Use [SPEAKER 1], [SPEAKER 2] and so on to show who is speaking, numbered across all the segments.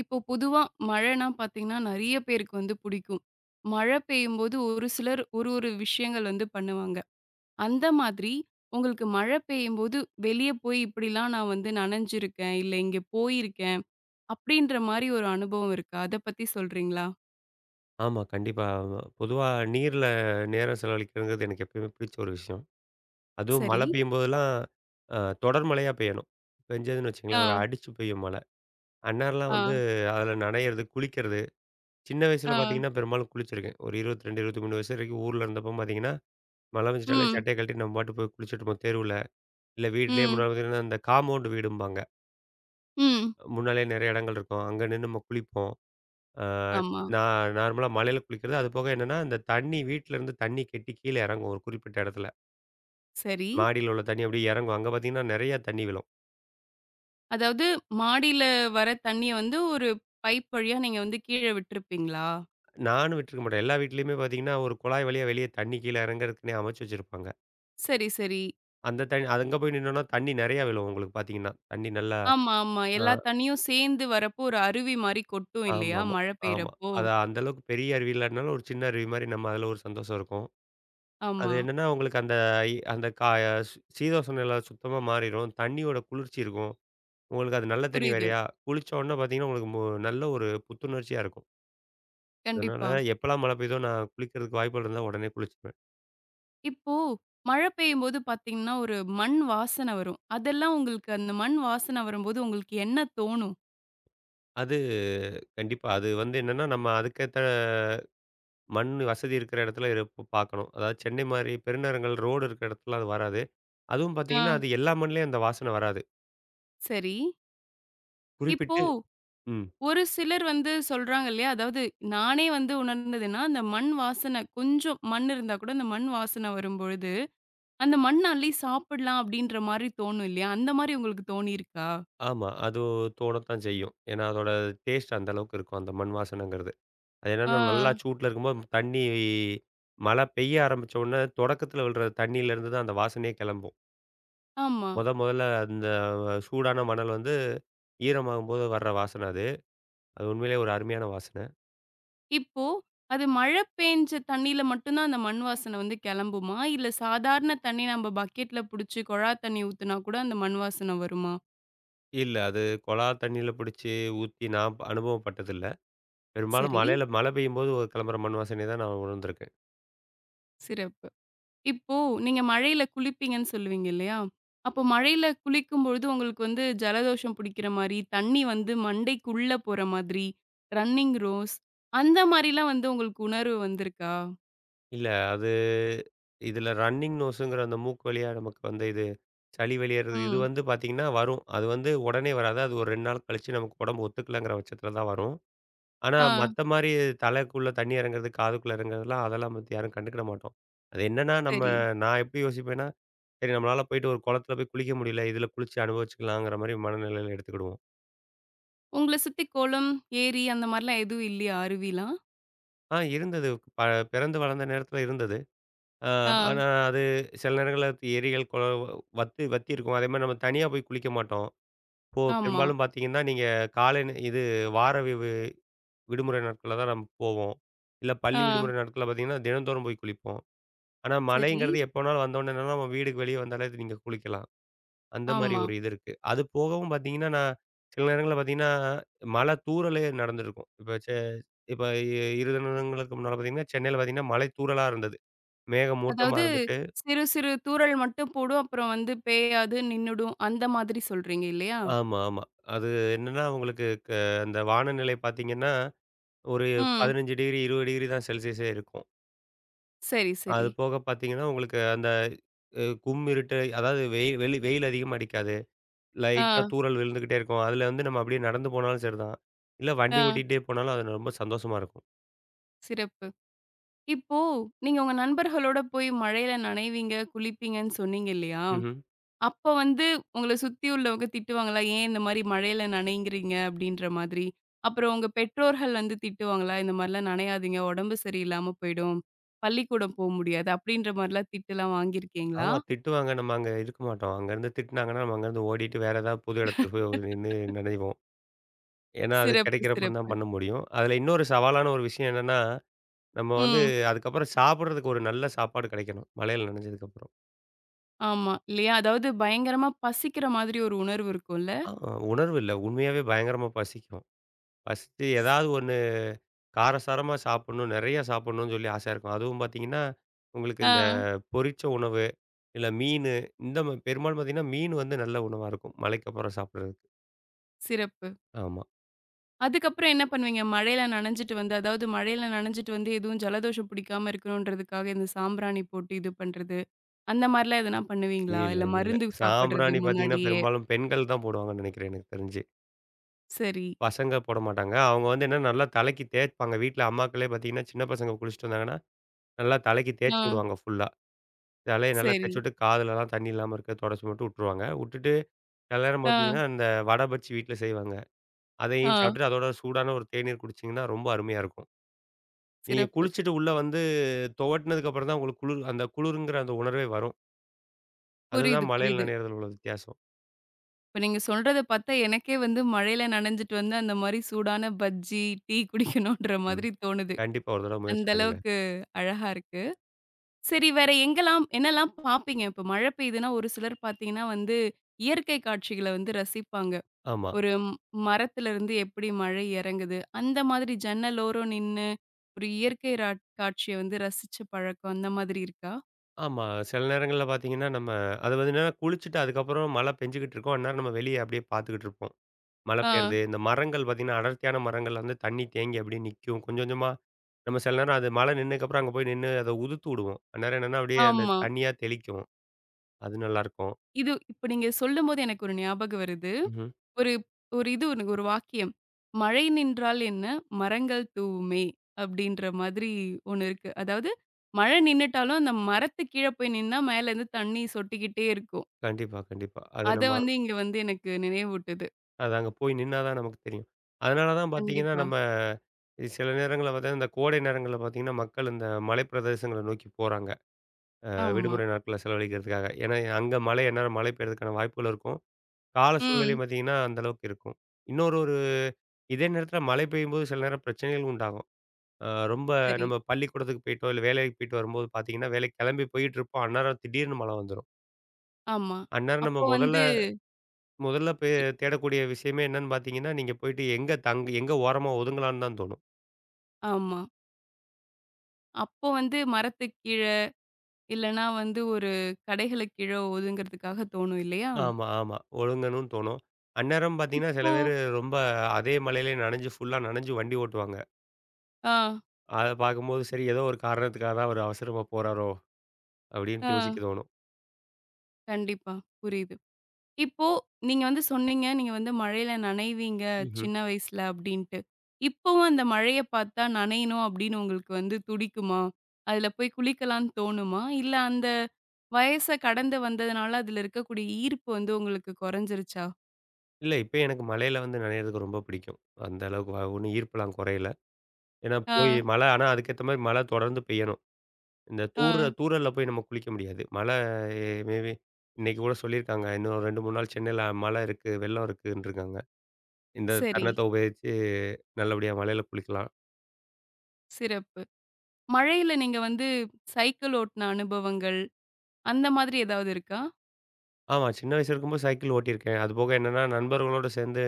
[SPEAKER 1] இப்போ பொதுவா மழைன்னா பார்த்தீங்கன்னா, நெறைய பேருக்கு வந்து புடிக்கும். மழை பெய்யும்போது ஒரு சிலர் ஒரு ஒரு விஷயங்கள் வந்து பண்ணுவாங்க. அந்த மாதிரி உங்களுக்கு மழை பெய்யும்போது வெளிய போய் இப்படிலாம் நான் வந்து நனைஞ்சிருக்கேன், இல்ல இங்க போயிருக்கேன் அப்படின்ற மாரி ஒரு அனுபவம் இருக்கா? அத பத்தி சொல்றீங்களா?
[SPEAKER 2] ஆமா. கண்டிப்பா. ஆமா. பொதுவா நீர்ல நேரம் செலவழிக்கிறதுங்கிறது எனக்கு எப்பயுமே பிடிச்ச ஒரு விஷயம். அதுவும்
[SPEAKER 1] சரி.
[SPEAKER 2] மழை பெய்யும்போதெல்லாம் அ தொடர் மழையா பெய்யணும். பெஞ்சதுன்னு வச்சுக்கங்களேன், ஒரு
[SPEAKER 1] ஆ,
[SPEAKER 2] அடிச்சு பெய்யும் மழை. அந்நேரம்லாம்
[SPEAKER 1] ஆ,
[SPEAKER 2] வந்து அதில நனையிறது, குளிக்கிறது. சின்ன வயசுல
[SPEAKER 1] ஆ.
[SPEAKER 2] பார்த்தீங்கன்னா, பெரும்பாலும் குளிச்சிருக்கேன். ஒரு 22, 23 வயசு வரைக்கும் ஊர்ல இருந்தப்போ பார்த்தீங்கன்னா, மழை பெஞ்சுட்டாலே
[SPEAKER 1] ம்,
[SPEAKER 2] சட்டைய கழட்டி நம்ம பாட்டுக்கு போய் குளிச்சுட்டுருப்போம் தெருவுல. இல்ல வீட்லயே
[SPEAKER 1] ம்,
[SPEAKER 2] முன்னால பார்த்தீங்கன்னா, இந்த காம்பவுண்ட் வீடும்பாங்க.
[SPEAKER 1] ம்.
[SPEAKER 2] முன்னாலயே நெறைய இடங்கள் இருக்கும். அங்க நின்னு நம்ம குளிப்போம். ஆ
[SPEAKER 1] ஆமா.
[SPEAKER 2] நான் நார்மலா மழையில குளிக்கிறது. அது போக என்னன்னா, இந்த தண்ணி வீட்ல இருந்து தண்ணி கெட்டி கீழ இறங்கும் ஒரு குறிப்பிட்ட இடத்துல.
[SPEAKER 1] சரி.
[SPEAKER 2] மாடியில உள்ள தண்ணி அப்படியே இறங்கும். அங்க பார்த்தீங்கன்னா, நெறைய தண்ணி விழும்.
[SPEAKER 1] அதாவது மாடியில வர தண்ணிய வந்து ஒரு பைப் வழியா நீங்க வந்து கீழ விட்டுருப்பீங்களா?
[SPEAKER 2] நானும் விட்டுருக்க மாட்டேன். எல்லா வீட்லயுமே பார்த்தீங்கன்னா, ஒரு குழாய் வழியா வெளிய தண்ணி கீழ இறங்குறதுக்குன்னே அமைச்சு வச்சிருப்பாங்க.
[SPEAKER 1] சரி, சரி.
[SPEAKER 2] அந்த தண்ணி அங்க போய் நின்னோம்னா தண்ணி நெறையா விழும் உங்களுக்கு பார்த்தீங்கன்னா. தண்ணி நல்லா.
[SPEAKER 1] ஆமா, ஆமா.
[SPEAKER 2] ஆ
[SPEAKER 1] எல்லா தண்ணியும் சேர்ந்து வரப்போ ஒரு அருவி மாரி கொட்டும்
[SPEAKER 2] ஆமாமா.
[SPEAKER 1] இல்லையா?
[SPEAKER 2] ஆமா.
[SPEAKER 1] மழை
[SPEAKER 2] ஆமா
[SPEAKER 1] பெய்றப்போ.
[SPEAKER 2] அது அந்த அளவுக்கு பெரிய அருவி இல்லாட்டினாலும் ஒரு சின்ன அருவி மாரி நம்ம அதில ஒரு சந்தோஷம் இருக்கும். அது
[SPEAKER 1] ஆமா.
[SPEAKER 2] என்னன்னா, உங்களுக்கு அந்த இ- அந்த கா சீதோஷண நிலை சுத்தமா மாறிரும். தண்ணியோட குளிர்ச்சி இருக்கும். உங்களுக்கு அது நல்ல தண்ணி
[SPEAKER 1] புரியுது.
[SPEAKER 2] வேறயா? குளிச்ச உடனே பார்த்தீங்கன்னா, உங்களுக்கு நல்ல ஒரு புத்துணர்ச்சியா இருக்கும். அதனால
[SPEAKER 1] கண்டிப்பா.
[SPEAKER 2] எப்பலாம் மழை பெய்யுதோ, நான் குளிக்கிறதுக்கு வாய்ப்புகள் இருந்தா உடனே குளிச்சுருவேன்.
[SPEAKER 1] இப்போ மழை பெய்யும்போது பார்த்தீங்கன்னா, ஒரு மண் வாசனை வரும். அதெல்லாம் உங்களுக்கு அந்த மண் வாசனை வரும்போது உங்களுக்கு என்ன தோணும்?
[SPEAKER 2] அது கண்டிப்பா. அது வந்து என்னன்னா, நம்ம அதுக்கேத்த மண் வசதி இருக்கிற இடத்துல இருப் பார்க்கணும். அதாவது சென்னை மாரி பெருநகரங்கள் ரோடு இருக்கிற இடத்துலலாம் அது வராது. அதுவும்
[SPEAKER 1] ஆ.
[SPEAKER 2] பார்த்தீங்கன்னா, அது எல்லா மண்லயும் அந்த வாசனை வராது.
[SPEAKER 1] சரி. இப்போ
[SPEAKER 2] குறிப்பிட்டு ம்.
[SPEAKER 1] ஒரு சிலர் வந்து சொல்றாங்க இல்லையா? அதாவது நானே வந்து உணர்ந்ததுன்னா, அந்த மண் வாசனை கொஞ்சம் மண் இருந்தா கூட அந்த மண் வாசனை வரும்பொழுது, அந்த மண் அள்ளி சாப்பிடலாம் அப்படின்ற மாரி தோணும் இல்லையா? அந்த மாரி உங்களுக்கு தோணியிருக்கா?
[SPEAKER 2] ஆமா. அது தோணத்தான் செய்யும். ஏன்னா, அதோட டேஸ்ட் அந்த அளவுக்கு இருக்கும். அந்த மண் வாசனைங்கிறது. அது
[SPEAKER 1] ஆ.
[SPEAKER 2] என்னன்னா, நல்லா சூட்ல இருக்கும்போது தண்ணி மழை பெய்ய ஆரம்பிச்ச உடனே தொடக்கத்தில விழுற தண்ணியிலேருந்து தான் அந்த வாசனையே கிளம்பும்.
[SPEAKER 1] ஆமா.
[SPEAKER 2] மொத மொதல்ல அந்த சூடான மணல் வந்து ஈரமாகும்போது வர்ற வாசனை அது. அது உண்மையிலேயே ஒரு அருமையான வாசனை.
[SPEAKER 1] இப்போ, அது மழை பேஞ்ச தண்ணீல மட்டும் தான் அந்த மண் வாசனை வந்து கெளம்புமா? இல்ல சாதாரண தண்ணி நம்ம பக்கெட்ல புடிச்சு குழா தண்ணி ஊத்துனா கூட அந்த மண் வாசனை வருமா?
[SPEAKER 2] இல்ல அது குழா தண்ணியில பிடிச்சு ஊத்தி நான் அனுபவப்பட்டதில்ல. பெரும்பாலும்
[SPEAKER 1] சரி,
[SPEAKER 2] மழையில மழை பெய்யும்போது கிளம்புற மண் வாசனைய தான் நான் உணர்ந்திருக்கேன்.
[SPEAKER 1] சிறப்பு. இப்போ நீங்க மழையில குளிப்பீங்கன்னு சொல்லுவீங்க இல்லையா? அப்போ மழையில குளிக்கும்பொழுது உங்களுக்கு வந்து ஜலதோஷம் புடிக்கிற மாரி, தண்ணி வந்து மண்டைக்குள்ள போற மாதிரி, ரன்னிங் ரோஸ் அந்த மாரிலாம் வந்து உங்களுக்கு உணர்வு வந்திருக்கா?
[SPEAKER 2] இல்ல. அது இதில ரன்னிங் நோஸ்ங்கிற அந்த மூக்கு வழியா நமக்கு வந்து இது சளி வெளியேறது இது
[SPEAKER 1] ம்.
[SPEAKER 2] வந்து பார்த்தீங்கன்னா வரும். அது வந்து உடனே வராது. அது ஒரு 2 நாள் கழிச்சு நமக்கு உடம்பு ஒத்துக்கலங்கிற பட்சத்தில தான் வரும். ஆனா
[SPEAKER 1] ஆ,
[SPEAKER 2] மத்த மாரி தலைக்குள்ள தண்ணி இறங்குறது, காதுக்குள்ள இறங்குறதுலாம் அதெல்லாம் பத்தி யாரும் கண்டுக்கிட மாட்டோம். அது என்னன்னா நம்ம
[SPEAKER 1] சரி.
[SPEAKER 2] நான் எப்படி யோசிப்பேன்னா, சரி நம்மளால போயிட்டு ஒரு குளத்தில போய் குளிக்க முடியல. இதில குளிச்சு அனுபவிச்சுக்கலாங்கிற மாரி மனநிலையில எடுத்துக்கிடுவோம்.
[SPEAKER 1] உங்கள சுத்தி குளம், ஏரி அந்த மாரிலாம் எதுவும் இல்லையா? அருவிலாம்?
[SPEAKER 2] ஆ இருந்தது. ப பிறந்து வளர்ந்த நேரத்தில இருந்தது. ஆ,
[SPEAKER 1] ஆ.
[SPEAKER 2] ஆனா அது சில நேரங்கள்ல ஏரிகள், குளம் வத்தி வத்தி இருக்கும். அதேமாரி நம்ம தனியா போய் குளிக்க மாட்டோம். இப்போ
[SPEAKER 1] ஆமா.
[SPEAKER 2] பெரும்பாலும் பார்த்தீங்கன்னா, நீங்க காலை நே இது வார வி வி விடுமுறை நாட்கள்ல தான் நம்ம போவோம். இல்ல
[SPEAKER 1] ஆ.
[SPEAKER 2] பள்ளி விடுமுறை நாட்கள்ல பார்த்தீங்கன்னா, தினந்தோறும் போய் குளிப்போம். ஆனா
[SPEAKER 1] சரி.
[SPEAKER 2] மழைங்கிறது எப்போ வேணாலும் வந்தோனே என்னன்னா, நம்ம வீடுக்கு வெளிய வந்தாலே நீங்க குளிக்கலாம். அந்த மாரி
[SPEAKER 1] ஆமா.
[SPEAKER 2] ஒரு இது இருக்கு. அது போகவும் பார்த்தீங்கன்னா, நான் சில நேரங்கள்ல பார்த்தீங்கன்னா, மழை தூறலே நடந்திருக்கும். இப்ப செ இப்ப இ 2 தினங்களுக்கு முன்னால பார்த்தீங்கன்னா, சென்னையில பார்த்தீங்கன்னா, மழை தூறலா இருந்தது. மேக மூட்டமா
[SPEAKER 1] அதாவது
[SPEAKER 2] இருந்துட்டு
[SPEAKER 1] சிறு சிறு தூறல் மட்டும் போடும். அப்புறம் வந்து பெய்யாது, நின்னுடும். அந்த மாதிரி சொல்றீங்க இல்லையா?
[SPEAKER 2] ஆமா, ஆமா. அது என்னன்னா, உங்களுக்கு அந்த வானநிலை பார்த்தீங்கன்னா, ஒரு
[SPEAKER 1] ம்.
[SPEAKER 2] 15 டிகிரி, 20 டிகிரி தான் செல்சியஸே இருக்கும்.
[SPEAKER 1] சரி,
[SPEAKER 2] அது
[SPEAKER 1] சரி.
[SPEAKER 2] போக பார்த்தீங்கன்னா, உங்களுக்கு அந்த கும்மிருட்டு அதாவது வெயில் அதிகமா அடிக்காது.
[SPEAKER 1] ஆ,
[SPEAKER 2] லைட்டா தூறல் விழுந்துகிட்டே இருக்கும். அதுல வந்து நம்ம அப்படியே நடந்து போனாலும் சரிதான். இல்ல வண்டி
[SPEAKER 1] ஆ.
[SPEAKER 2] ஓட்டிகிட்டே போனாலும் அது ரொம்ப சந்தோஷமா இருக்கும்.
[SPEAKER 1] சிறப்பு. இப்போ நீங்க உங்க நண்பர்களோட போய் மழையில நனைவீங்க, குளிப்பீங்கன்னு சொன்னீங்க இல்லையா?
[SPEAKER 2] ம்ஹ்ம்.
[SPEAKER 1] அப்ப வந்து உங்கள சுத்தி உள்ளவங்க திட்டுவாங்களா? "ஏன் இந்த மாரி மழையில நனையுங்கிறீங்க?" அப்படீன்ற மாதிரி. அப்புறம் உங்க பெற்றோர்கள் வந்து திட்டுவாங்களா? "இந்த மாரிலாம் நனையாதீங்க, உடம்பு சரியில்லாம போயிடும். பள்ளிக்கூடம் போ முடியாது." அப்படீன்ற மாரிலாம் திட்டுலாம் வாங்கியிருக்கீங்களா?
[SPEAKER 2] ஆமா திட்டுவாங்க. நம்ம அங்க இருக்க மாட்டோம். அங்கருந்து திட்டுனாங்கன்னா, நம்ம அங்கருந்து ஓடிட்டு வேற ஏதாவது புது இடத்துக்கு போய் நின்னு நெனைவோம். ஏன்னா, அது
[SPEAKER 1] சிறப்பு,
[SPEAKER 2] கிடைக்கிறப்ப தான்
[SPEAKER 1] சிறப்பு.
[SPEAKER 2] பண்ண முடியும். அதுல இன்னொரு சவாலான ஒரு விஷயம் என்னன்னா நம்ம வந்து
[SPEAKER 1] ம்.
[SPEAKER 2] அதுக்கப்புறம் சாப்பிடுறதுக்கு ஒரு நல்ல சாப்பாடு கிடைக்கணும். மழையில நனைஞ்சதுக்கப்புறம்.
[SPEAKER 1] ஆமா. இல்லையா? அதாவது பயங்கரமா பசிக்கிற மாதிரி ஒரு உணர்வு இருக்கும்ல?
[SPEAKER 2] அ உணர்வு இல்ல. உண்மையாவே பயங்கரமா பசிக்கும். பசிச்சு ஏதாவது ஒண்ணு காரசாரமா சாப்பிடணும், நெறைய சாப்பிடணும்னு சொல்லி ஆசையா இருக்கும். அதுவும் பார்த்தீங்கன்னா, உங்களுக்கு
[SPEAKER 1] ஆ.
[SPEAKER 2] இந்த பொரிச்ச உணவு, இல்ல இந்த ம பெரும்பாலும் பார்த்தீங்கன்னா, மீன் வந்து நல்ல உணவா இருக்கும். மழைக்கப்புறம் சாப்பிடுறதுக்கு.
[SPEAKER 1] சிறப்பு.
[SPEAKER 2] ஆமா.
[SPEAKER 1] அதுக்கப்புறம் என்ன பண்ணுவீங்க? மழையில நனைஞ்சுட்டு வந்து அதாவது மழையில நனைஞ்சுட்டு வந்து எதுவும் ஜலதோஷம் புடிக்காம இருக்கணுன்றதுக்காக இந்த சாம்பிராணி போட்டு இது பண்றது. அந்த மாரிலாம் எதனா பண்ணுவீங்களா?
[SPEAKER 2] இல்ல,
[SPEAKER 1] இல்ல
[SPEAKER 2] இல்ல.
[SPEAKER 1] மருந்து சாப்பிடுறது
[SPEAKER 2] சாம்பிராணி பார்த்தீங்கன்னா,
[SPEAKER 1] முன்னாடியே?
[SPEAKER 2] பெரும்பாலும் பெண்கள் தான் போடுவாங்கன்னு நெனைக்கிறேன் எனக்கு தெரிஞ்சு.
[SPEAKER 1] சரி.
[SPEAKER 2] பசங்க போட மாட்டாங்க. அவங்க வந்து என்னன்னா நல்லா தலைக்கு தேய்ப்பாங்க. வீட்ல அம்மாக்களே பார்த்தீங்கன்னா, சின்ன பசங்க குளிச்சுட்டு வந்தாங்கன்னா நல்லா தலைக்கு
[SPEAKER 1] ஆ.
[SPEAKER 2] தேய்ச்சு விடுவாங்க ஃபுல்லா. தலைய நல்லா
[SPEAKER 1] சரி.
[SPEAKER 2] தேய்ச்சு விட்டு, காதுலலாம் தண்ணி இல்லாம இருக்க தொடச்சு மட்டும் விட்டுருவாங்க. விட்டுட்டு சில நேரம்
[SPEAKER 1] ஆ.
[SPEAKER 2] பார்த்தீங்கன்னா, இந்த வடை பஜ்ஜி வீட்ல செய்வாங்க.
[SPEAKER 1] ஆ.
[SPEAKER 2] அதையும் சாப்பிட்டுட்டு அதோட சூடான ஒரு தேநீர் குடிச்சீங்கன்னா, ரொம்ப அருமையா இருக்கும். நீங்க
[SPEAKER 1] சிறப்பு.
[SPEAKER 2] குளிச்சுட்டு உள்ள வந்து துவட்டுனதுக்கு அப்புறம் தான் உங்களுக்கு குளிர் அந்த குளிருங்கிற அந்த உணர்வே வரும்.
[SPEAKER 1] புரியுது,
[SPEAKER 2] அதுதான் மழையில
[SPEAKER 1] புரியுது.
[SPEAKER 2] நனையிறதுல உள்ள வித்தியாசம்.
[SPEAKER 1] இப்ப நீங்க சொல்றத பார்த்தா எனக்கே வந்து மழையில நனைஞ்சுட்டு வந்து அந்த மாரி சூடான பஜ்ஜி, டீ குடிக்கணுன்ற
[SPEAKER 2] ம்.
[SPEAKER 1] மாதிரி தோணுது.
[SPEAKER 2] கண்டிப்பா ஒரு தடவ முயற்சி
[SPEAKER 1] அந்த
[SPEAKER 2] பண்ணுங்க.
[SPEAKER 1] அளவுக்கு அழகா இருக்கு. சரி வேற எங்கெல்லாம் என்னலாம் பார்ப்பீங்க? இப்ப மழை பெய்யுதுன்னா ஒரு சிலர் பார்த்தீங்கன்னா வந்து, இயற்கை காட்சிகள வந்து ரசிப்பாங்க.
[SPEAKER 2] ஆமா.
[SPEAKER 1] ஒரு மரத்திலிருந்து எப்படி மழை இறங்குது, அந்த மாதிரி ஜன்னலோரம் நின்னு, ஒரு இயற்கை ராட் காட்சிய வந்து ரசிச்ச பழக்கம் அந்த மாதிரி இருக்கா?
[SPEAKER 2] ஆமா. சில நேரங்கள்ல பார்த்தீங்கன்னா, நம்ம அது வந்து என்னன்னா குளிச்சுட்டு அதுக்கப்புறம் மழை பெஞ்சுகிட்டு இருக்கும். அந்நேரம் நம்ம வெளிய அப்படியே பார்த்துக்கிட்டு இருப்போம். மழை
[SPEAKER 1] ஆ,
[SPEAKER 2] பெய்றது. இந்த மரங்கள் பார்த்தீங்கன்னா, அடர்த்தியான மரங்கள்ல வந்து தண்ணி தேங்கி அப்படியே நிக்கும். கொஞ்சம் கொஞ்சமா நம்ம சில நேரம் அது மழை நின்னதுக்கப்புறம் அங்க போய் நின்னு அத உதுத்து விடுவோம். அந்நேரம் என்னன்னா, அப்படியே அந்த
[SPEAKER 1] ஆமா.
[SPEAKER 2] தண்ணியா தெளிக்கும். அது நல்லாயிருக்கும்.
[SPEAKER 1] இது இப்ப நீங்க சொல்லும்போது எனக்கு ஒரு ஞாபகம் வருது.
[SPEAKER 2] ம்ஹ்ம்.
[SPEAKER 1] ஒரு ஒரு இது ஒரு ஒரு வாக்கியம். "மழை நின்றால் என்ன? மரங்கள் தூவுமே" அப்படின்ற மாதிரி ஒண்ணு இருக்கு. அதாவது மழை நின்னுட்டாலும் அந்த மரத்து கீழ போய் நின்னா மேலேருந்து தண்ணி சொட்டிக்கிட்டே இருக்கும்.
[SPEAKER 2] கண்டிப்பா, கண்டிப்பா. அது
[SPEAKER 1] அத
[SPEAKER 2] நம்ம
[SPEAKER 1] வந்து இங்க வந்து எனக்கு நினைவூட்டுது.
[SPEAKER 2] அது அங்க போய் நின்னா தான் நமக்கு தெரியும். அதனால தான் பார்த்தீங்கன்னா,
[SPEAKER 1] கண்டிப்பா.
[SPEAKER 2] நம்ம இது சில நேரங்கள்ல பார்த்தீங்கன்னா, இந்த கோடை நேரங்கள்ல பார்த்தீங்கன்னா, மக்கள் இந்த மலை பிரதேசங்கள நோக்கி போறாங்க. அ
[SPEAKER 1] ஆமா.
[SPEAKER 2] விடுமுறை நாட்கள செலவழிக்கிறதுக்காக. ஏன்னா அங்க மழை எந்நேரம் மழை பெய்றதுக்கான வாய்ப்புகள் இருக்கும். கால சூழ்நிலை
[SPEAKER 1] ம்.
[SPEAKER 2] பார்த்தீங்கன்னா, அந்த அளவுக்கு இருக்கும். இன்னொரு ஒரு இதே நேரத்தில மழை பெய்யும்போது சில நேரம் பிரச்சனைகள் உண்டாகும். ரொம்ப
[SPEAKER 1] சரி.
[SPEAKER 2] நம்ம பள்ளிக்கூடத்துக்கு போயிட்டோ, இல்ல வேலைக்கு போயிட்டு வரும்போது பார்த்தீங்கன்னா, வேலைக்கு கிளம்பி போயிட்டுருப்போம். அந்நேரம் திடீர்னு மழை வந்துரும்.
[SPEAKER 1] ஆமா.
[SPEAKER 2] அந்நேரம் நம்ம
[SPEAKER 1] அப்போ
[SPEAKER 2] முதல்ல
[SPEAKER 1] வந்து
[SPEAKER 2] முதல்ல பே
[SPEAKER 1] இ
[SPEAKER 2] தேடக்கூடிய விஷயமே என்னன்னு பார்த்தீங்கன்னா, நீங்க போயிட்டு எங்க ஓரமா ஒதுங்கலான்னு தான் தோணும்.
[SPEAKER 1] ஆமா. அப்போ வந்து மரத்துக்கு கீழ, இல்லன்னா வந்து ஒரு கடைகளுக்கு கீழ ஒதுங்குறதுக்காக தோணும் இல்லையா?
[SPEAKER 2] ஆமா, ஆமா. ஒழுங்கணும்னு தோணும். அந்நேரம் பார்த்தீங்கன்னா, சில
[SPEAKER 1] இப்போ
[SPEAKER 2] பேரு ரொம்ப அதே மழையிலே நனைஞ்சு ஃபுல்லா நனைஞ்சு வண்டி ஓட்டுவாங்க.
[SPEAKER 1] ஆ,
[SPEAKER 2] அத பார்க்கும்போது, சரி ஏதோ ஒரு காரணத்துக்காக தான் அவரு அவசரமா போறாரோ!
[SPEAKER 1] ஆ,
[SPEAKER 2] அப்படின்னு யோசிக்க தோணும்.
[SPEAKER 1] கண்டிப்பா. புரியுது. இப்போ நீங்க வந்து சொன்னீங்க, நீங்க வந்து மழையில நனைவீங்க
[SPEAKER 2] ம்ஹ்ம்.
[SPEAKER 1] சின்ன வயசுல அப்டின்ட்டு. இப்பவும் அந்த மழைய பார்த்தா நனையணும் அப்டின்னு உங்களுக்கு வந்து துடிக்குமா? அதுல போய் குளிக்கலான்னு தோணுமா? இல்ல அந்த வயச கடந்து வந்ததுனால அதுல இருக்கக்கூடிய ஈர்ப்பு வந்து உங்களுக்கு கொறஞ்சிருச்சா?
[SPEAKER 2] இல்ல, இப்ப எனக்கு மழையில வந்து நனையிறதுக்கு ரொம்ப பிடிக்கும். அந்த அளவுக்கு ஒண்ணும் ஈர்ப்புலாம் குறையல. ஏன்னா
[SPEAKER 1] ஆ,
[SPEAKER 2] போய் மழை ஆனா அதுக்கேத்த மாரி மழை தொடர்ந்து பெய்யணும். இந்த
[SPEAKER 1] ஆ,
[SPEAKER 2] தூறல்ல போய் நம்ம குளிக்க முடியாது. மழை மே பி இன்னைக்கு கூட சொல்லியிருக்காங்க. இன்னும் 2, 3 நாள் சென்னையில மழை இருக்கு, வெள்ளம் இருக்குன்ருக்காங்க. இந்த
[SPEAKER 1] சரி.
[SPEAKER 2] தருணத்த உபயோகிச்சு நல்லபடியா மழையில குளிக்கலாம்.
[SPEAKER 1] சிறப்பு. மழையில நீங்க வந்து சைக்கிள் ஓட்டுன அனுபவங்கள், அந்த மாதிரி ஏதாவது இருக்கா?
[SPEAKER 2] ஆமா, சின்ன வயசுல இருக்கும்போது சைக்கிள் ஓட்டியிருக்கேன். அதுபோக என்னன்னா நண்பர்களோட சேர்ந்து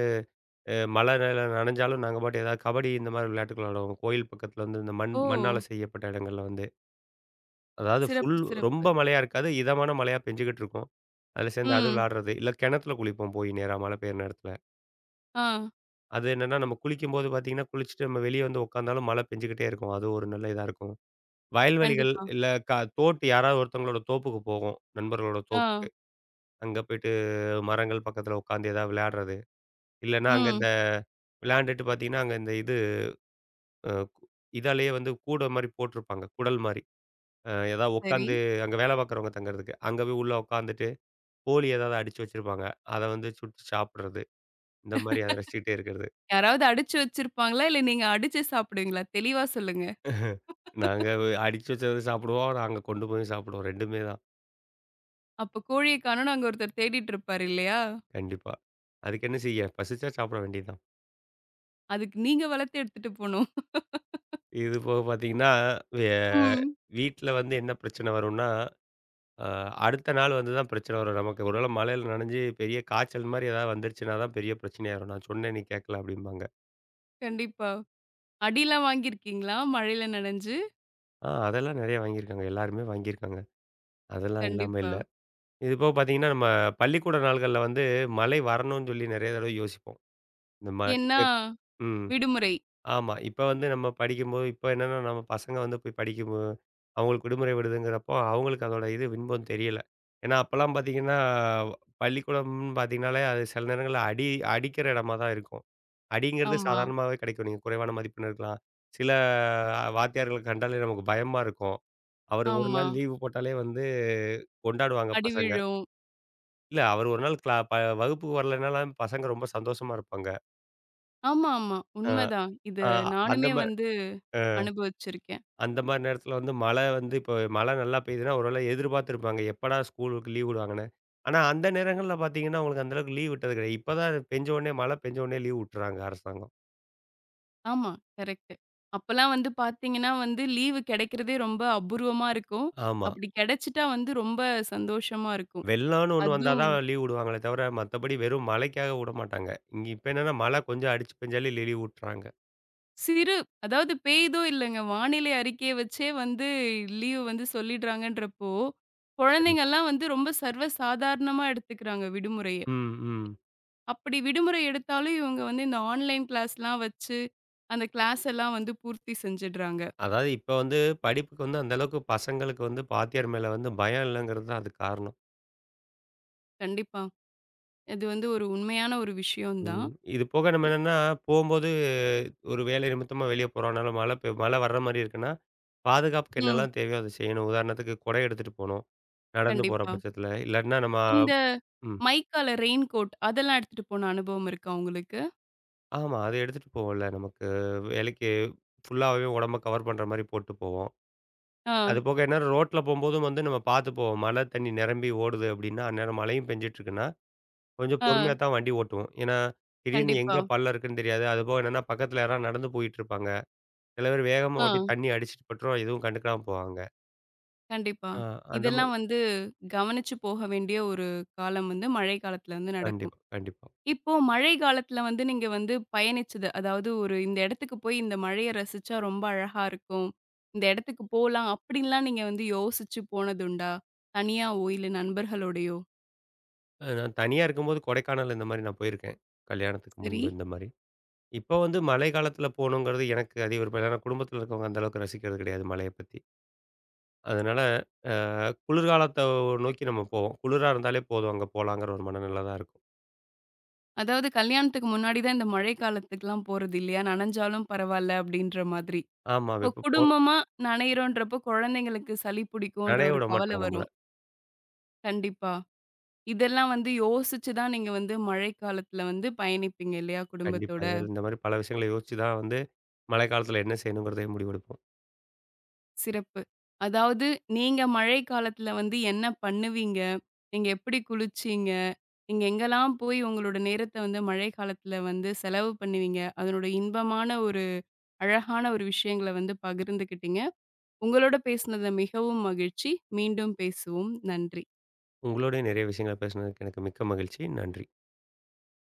[SPEAKER 2] மழை நல நனைஞ்சாலும் நாங்க பாட்டு ஏதாவது கபடி இந்த மாரி விளையாட்டுகள் விளையாடுவோம். கோயில் பக்கத்துல வந்து இந்த மண்
[SPEAKER 1] ஓ!
[SPEAKER 2] மண்ணால செய்யப்பட்ட இடங்கள்ல வந்து. அதாவது ஃபுல்
[SPEAKER 1] சிறப்பு,
[SPEAKER 2] ரொம்ப
[SPEAKER 1] சிறப்பு.
[SPEAKER 2] மழையா இருக்காது. இதமான மழையா பெஞ்சுகிட்டு இருக்கும். அதில சேர்ந்து அது
[SPEAKER 1] ம்.
[SPEAKER 2] விளையாடுறது. இல்ல கிணத்துல குளிப்போம் போய் நேரா மழை பெய்யுற நேரத்துல.
[SPEAKER 1] ஆ.
[SPEAKER 2] அது என்னன்னா நம்ம குளிக்கும்போது பார்த்தீங்கன்னா, குளிச்சுட்டு நம்ம வெளிய வந்து உட்காந்தாலும் மழை பெஞ்சுகிட்டே இருக்கும். அது ஒரு நல்ல இதா இருக்கும். வயல்வெளிகள்
[SPEAKER 1] கண்டிப்பா.
[SPEAKER 2] இல்ல க தோட்டு யாராவது ஒருத்தவங்களோட தோப்புக்கு போவோம். நண்பர்களோட
[SPEAKER 1] ஆ.
[SPEAKER 2] தோப்புக்கு. அங்க போயிட்டு மரங்கள் பக்கத்துல உட்காந்து ஏதாவது விளையாடுறது. இல்லன்னா அங்க
[SPEAKER 1] ம்.
[SPEAKER 2] இந்த விளையாண்டுட்டு பார்த்தீங்கன்னா, அங்க இந்த இது அ இதாலேயே வந்து கூட மாரி போட்டிருப்பாங்க. குடல் மாரி. ஏதாவது
[SPEAKER 1] சரி.
[SPEAKER 2] உட்காந்து அங்க வேலை பார்க்குறவங்க தங்குறதுக்கு. அங்க போய் உள்ள உட்காந்துட்டு கோழி ஏதாவது அடிச்சு வச்சிருப்பாங்க. அத வந்து சுட்டு சாப்பிடுறது. இந்த மாரி அத ரசிச்சுக்கிட்டே இருக்கிறது.
[SPEAKER 1] யாராவது அடிச்சு வச்சிருப்பாங்களா? இல்ல நீங்க அடிச்சு சாப்பிடுவீங்களா? தெளிவா சொல்லுங்க.
[SPEAKER 2] அடிச்சு வச்சத சாப்பிடுவோம். நாங்க கொண்டு போயும் சாப்பிடுவோம். 2மே தான்.
[SPEAKER 1] அப்ப கோழிய காணோம்னு அங்க ஒருத்தர் தேடிட்டு இருப்பாரு இல்லையா?
[SPEAKER 2] கண்டிப்பா. அதுக்கு என்ன செய்ய? பசிச்சா சாப்பிட வேண்டியது தான்.
[SPEAKER 1] அதுக்கு நீங்க வளர்த்து எடுத்துட்டு போணும்.
[SPEAKER 2] இது போக பார்த்தீங்கன்னா, வே
[SPEAKER 1] ம்.
[SPEAKER 2] வீட்ல வந்து என்ன பிரச்சனை வரும்னா, அ அடுத்த நாள் வந்து தான் பிரச்சனை வரும் நமக்கு. ஒரு வேள மழையில நனைஞ்சு பெரிய காய்ச்சல் மாரி ஏதாவது வந்துருச்சுன்னா தான் பெரிய பிரச்சனையா வரும். "நான் சொன்னேன் நீ கேட்கல" அப்படிம்பாங்க.
[SPEAKER 1] கண்டிப்பா. அடிலாம் வாங்கியிருக்கீங்களா? மழையில நனைஞ்சு?
[SPEAKER 2] ஆ அதெல்லாம் நெறைய வாங்கியிருக்காங்க. எல்லாருமே வாங்கியிருக்காங்க. அதெல்லாம் இல்லாம
[SPEAKER 1] கண்டிப்பா.
[SPEAKER 2] இல்ல. இது போக பார்த்தீங்கன்னா, நம்ம பள்ளிக்கூட நாள்கள்ல வந்து மழை வரணும்னு சொல்லி நெறைய தடவை யோசிப்போம். இந்த ம இப்ப
[SPEAKER 1] ஏன்னா,
[SPEAKER 2] ம்.
[SPEAKER 1] விடுமுறை.
[SPEAKER 2] ஆமா. இப்ப வந்து நம்ம படிக்கும்போது இப்ப என்னன்னா நம்ம பசங்க வந்து போய் படிக்கும்போ அவங்களுக்கு விடுமுறை விடுதுங்கிறப்போ, அவங்களுக்கு அதோட இது இன்பம் தெரியல. ஏன்னா அப்பலாம் பார்த்தீங்கன்னா, பள்ளிக்கூடம்னு பார்த்தீங்கனாலே, அது சில நேரங்கள்ல அடிக்கிற இடமா தான் இருக்கும். அடிங்கிறது
[SPEAKER 1] ஆமா,
[SPEAKER 2] சாதாரணமாவே கிடைக்கும். நீங்க குறைவான மதிப்பெண் எடுக்கலாம். சில வாத்தியார்கள கண்டாலே நமக்கு பயமா இருக்கும். அவரு ஒரு
[SPEAKER 1] ஆமா.
[SPEAKER 2] நாள் லீவு போட்டாலே வந்து கொண்டாடுவாங்க
[SPEAKER 1] அடி
[SPEAKER 2] பசங்க.
[SPEAKER 1] விழும்.
[SPEAKER 2] இல்ல அவர் ஒரு நாள் கிளா ப வகுப்புக்கு வரலைனாலும் பசங்க ரொம்ப சந்தோஷமா இருப்பாங்க.
[SPEAKER 1] ஆமா, ஆமா.
[SPEAKER 2] அ
[SPEAKER 1] உண்மதான். இது
[SPEAKER 2] அ அந்த
[SPEAKER 1] நானுமே
[SPEAKER 2] மாரி
[SPEAKER 1] வந்து
[SPEAKER 2] அ
[SPEAKER 1] அனுபவிச்சிருக்கேன்.
[SPEAKER 2] அந்த மாரி நேரத்தில வந்து மழை வந்து இப்போ மழை நல்லா பெய்யுதுன்னா, ஒருவேளை எதிர்பார்த்துருப்பாங்க. எப்படா ஸ்கூலுக்கு லீவ் விடுவாங்கன்னு. ஆனா அந்த நேரங்கள்ல பார்த்தீங்கன்னா, அவங்களுக்கு அந்த அளவுக்கு லீவ் விட்டது கிடையாது. இப்ப தான் பெஞ்ச உடனே மழை பெஞ்ச உடனே லீவ் விட்டுறாங்க அரசாங்கம்.
[SPEAKER 1] ஆமா, கரெக்ட்டு. அப்பலாம் வந்து பார்த்தீங்கன்னா வந்து லீவு கிடைக்கிறதே ரொம்ப அபூர்வமா இருக்கும்.
[SPEAKER 2] ஆமா.
[SPEAKER 1] அப்படி கிடைச்சிட்டா வந்து ரொம்ப சந்தோஷமா இருக்கும்.
[SPEAKER 2] வெள்ளம்னு ஒண்ணு வந்தா
[SPEAKER 1] அதுவும்
[SPEAKER 2] தான் லீவ் விடுவாங்களே தவிர, மத்தபடி வெறும் மழைக்காக விடமாட்டாங்க. இங்க இப்ப என்னன்னா மழை கொஞ்சம் அடிச்சு பெஞ்சாலே லீவ் விட்டுறாங்க.
[SPEAKER 1] சிறு அதாவது பெய்தோ இல்லங்க, வானிலை அறிக்கைய வச்சே வந்து லீவ் வந்து சொல்லிடுறாங்கன்றப்போ,
[SPEAKER 2] கண்டிப்பா.
[SPEAKER 1] குழந்தைங்கலாம் வந்து ரொம்ப சர்வ சாதாரணமா எடுத்துக்கிறாங்க விடுமுறைய.
[SPEAKER 2] ம், ம்.
[SPEAKER 1] அப்படி விடுமுறை எடுத்தாலும் இவங்க வந்து இந்த ஆன்லைன் கிளாஸ்லாம் வச்சு, அந்த கிளாஸ் எல்லாம் வந்து பூர்த்தி செஞ்சுடுறாங்க.
[SPEAKER 2] அதாவது இப்ப வந்து படிப்புக்கு வந்து அந்த அளவுக்கு பசங்களுக்கு வந்து வாத்தியார் மேல வந்து பயம் இல்லங்கிறது தான் அதுக்கு காரணம்.
[SPEAKER 1] கண்டிப்பா. இது வந்து ஒரு உண்மையான ஒரு விஷயம் தான்.
[SPEAKER 2] ம். இது போக நம்ம என்னன்னா, போம்போது ஒரு வேலை நிமித்தமா வெளிய போறோம்னாலும் மழை வர்ற மாரி இருக்குன்னா, பாதுகாப்புக்கு
[SPEAKER 1] ம்.
[SPEAKER 2] என்னெல்லாம் தேவையோ அத செய்யணும். உதாரணத்துக்கு கொடை எடுத்துட்டு போணும். நடந்து போற
[SPEAKER 1] கண்டிப்பா.
[SPEAKER 2] பட்சத்துல. இல்லாட்டினா நம்ம
[SPEAKER 1] இந்த
[SPEAKER 2] ம்.
[SPEAKER 1] மைக்கால ரெயின் கோட் அதெல்லாம் எடுத்துட்டு போன அனுபவம் இருக்கா உங்களுக்கு?
[SPEAKER 2] ஆமா. அத எடுத்துட்டு போவோம்ல. நமக்கு வேலைக்கு ஃபுல்லாவே உடம்ப கவர் பண்ற மாரி போட்டு போவோம்.
[SPEAKER 1] ஆ,
[SPEAKER 2] அது போக என்ன ரோட்ல போம்போதும் வந்து நம்ம பாத்து போவோம். மழை தண்ணி நிரம்பி ஓடுது அப்டின்னா, அந்நேரம் மழையும் பெஞ்சுட்டு இருக்குன்னா, கொஞ்சம்
[SPEAKER 1] ஆ.
[SPEAKER 2] பொறுமையா தான் வண்டி ஓட்டுவோம். ஏன்னா, திடீர்னு
[SPEAKER 1] கண்டிப்பா.
[SPEAKER 2] எங்க பள்ளம் இருக்குன்னு தெரியாது. அதுபோக என்னன்னா, பக்கத்துல யாராவது நடந்து போயிட்டுருப்பாங்க. சில பேர் வேகமா
[SPEAKER 1] ஆ.
[SPEAKER 2] ஓட்டி தண்ணி அடிச்சுட்டு பட்டுரும் எதுவும் கண்டுக்காம போவாங்க.
[SPEAKER 1] கண்டிப்பா.
[SPEAKER 2] ஆ அந்த மாரி
[SPEAKER 1] இதெல்லாம் வந்து கவனிச்சு போக வேண்டிய ஒரு காலம் வந்து மழை காலத்துல வந்து நடக்கும்.
[SPEAKER 2] கண்டிப்பா, கண்டிப்பா.
[SPEAKER 1] இப்போ மழை காலத்துல வந்து நீங்க வந்து பயணிச்சது, அதாவது ஒரு இந்த இடத்துக்கு போய் இந்த மழைய ரசிச்சா ரொம்ப அழகா இருக்கும். இந்த இடத்துக்கு போலாம் அப்படின்லாம் நீங்க வந்து யோசிச்சு போனதுண்டா? தனியாவோ, இல்ல நண்பர்களோடையோ?
[SPEAKER 2] நான் தனியா இருக்கும்போது கொடைக்கானல் இந்த மாரி நான் போயிருக்கேன். கல்யாணத்துக்கு
[SPEAKER 1] சரி.
[SPEAKER 2] முன்பு இந்த மாரி. இப்போ வந்து மழை காலத்துல போணுங்கிறது எனக்கு அதிக விருப்பம் இல்ல. ஏன்னா குடும்பத்துல இருக்கவங்க அந்த அளவுக்கு ரசிக்கிறது கிடையாது மழைய பத்தி. அதனால அ குளிர்காலத்த நோக்கி நம்ம போவோம். குளிரா இருந்தாலே போதும் அங்க போலாங்கிற ஒரு மனநிலை தான் இருக்கும்.
[SPEAKER 1] அதாவது கல்யாணத்துக்கு முன்னாடி தான் இந்த மழை காலத்துக்குலாம் போறது இல்லையா? நனஞ்சாலும் பரவால்ல அப்படின்ற மாதிரி.
[SPEAKER 2] ஆமா,
[SPEAKER 1] இப்போ
[SPEAKER 2] இப்ப போ
[SPEAKER 1] குடும்பமா நனையிறோன்றப்போ குழந்தைங்களுக்கு சளி பிடிக்குன்ற
[SPEAKER 2] நனைய
[SPEAKER 1] ஒரு
[SPEAKER 2] விட
[SPEAKER 1] கவலை
[SPEAKER 2] மாட்டாங்க நம்மள.
[SPEAKER 1] வரும். கண்டிப்பா. இதெல்லாம் வந்து யோசிச்சு தான் நீங்க வந்து மழைக்காலத்துல வந்து பயணிப்பீங்க இல்லையா?
[SPEAKER 2] கண்டிப்பா.
[SPEAKER 1] குடும்பத்தோட.
[SPEAKER 2] இதில இந்த மாரி பல விஷயங்கள யோசிச்சு தான் வந்து மழைக்காலத்தில என்ன செய்யணுங்கிறதையும் முடிவெடுப்போம்.
[SPEAKER 1] சிறப்பு. அதாவது நீங்க மழை காலத்துல வந்து என்ன பண்ணுவீங்க? நீங்க எப்படி குளிச்சீங்க? நீங்க எங்கெல்லாம் போய் உங்களோட நேரத்த வந்து மழை காலத்துல வந்து செலவு பண்ணுவீங்க? அதனோட இன்பமான ஒரு அழகான ஒரு விஷயங்கள வந்து பகிர்ந்துக்கிட்டீங்க. உங்களோட பேசினது மிகவும் மகிழ்ச்சி. மீண்டும் பேசுவோம். நன்றி.
[SPEAKER 2] உங்களோடயும் நெறைய விஷயங்கள பேசினதுக்கு எனக்கு மிக்க மகிழ்ச்சி. நன்றி.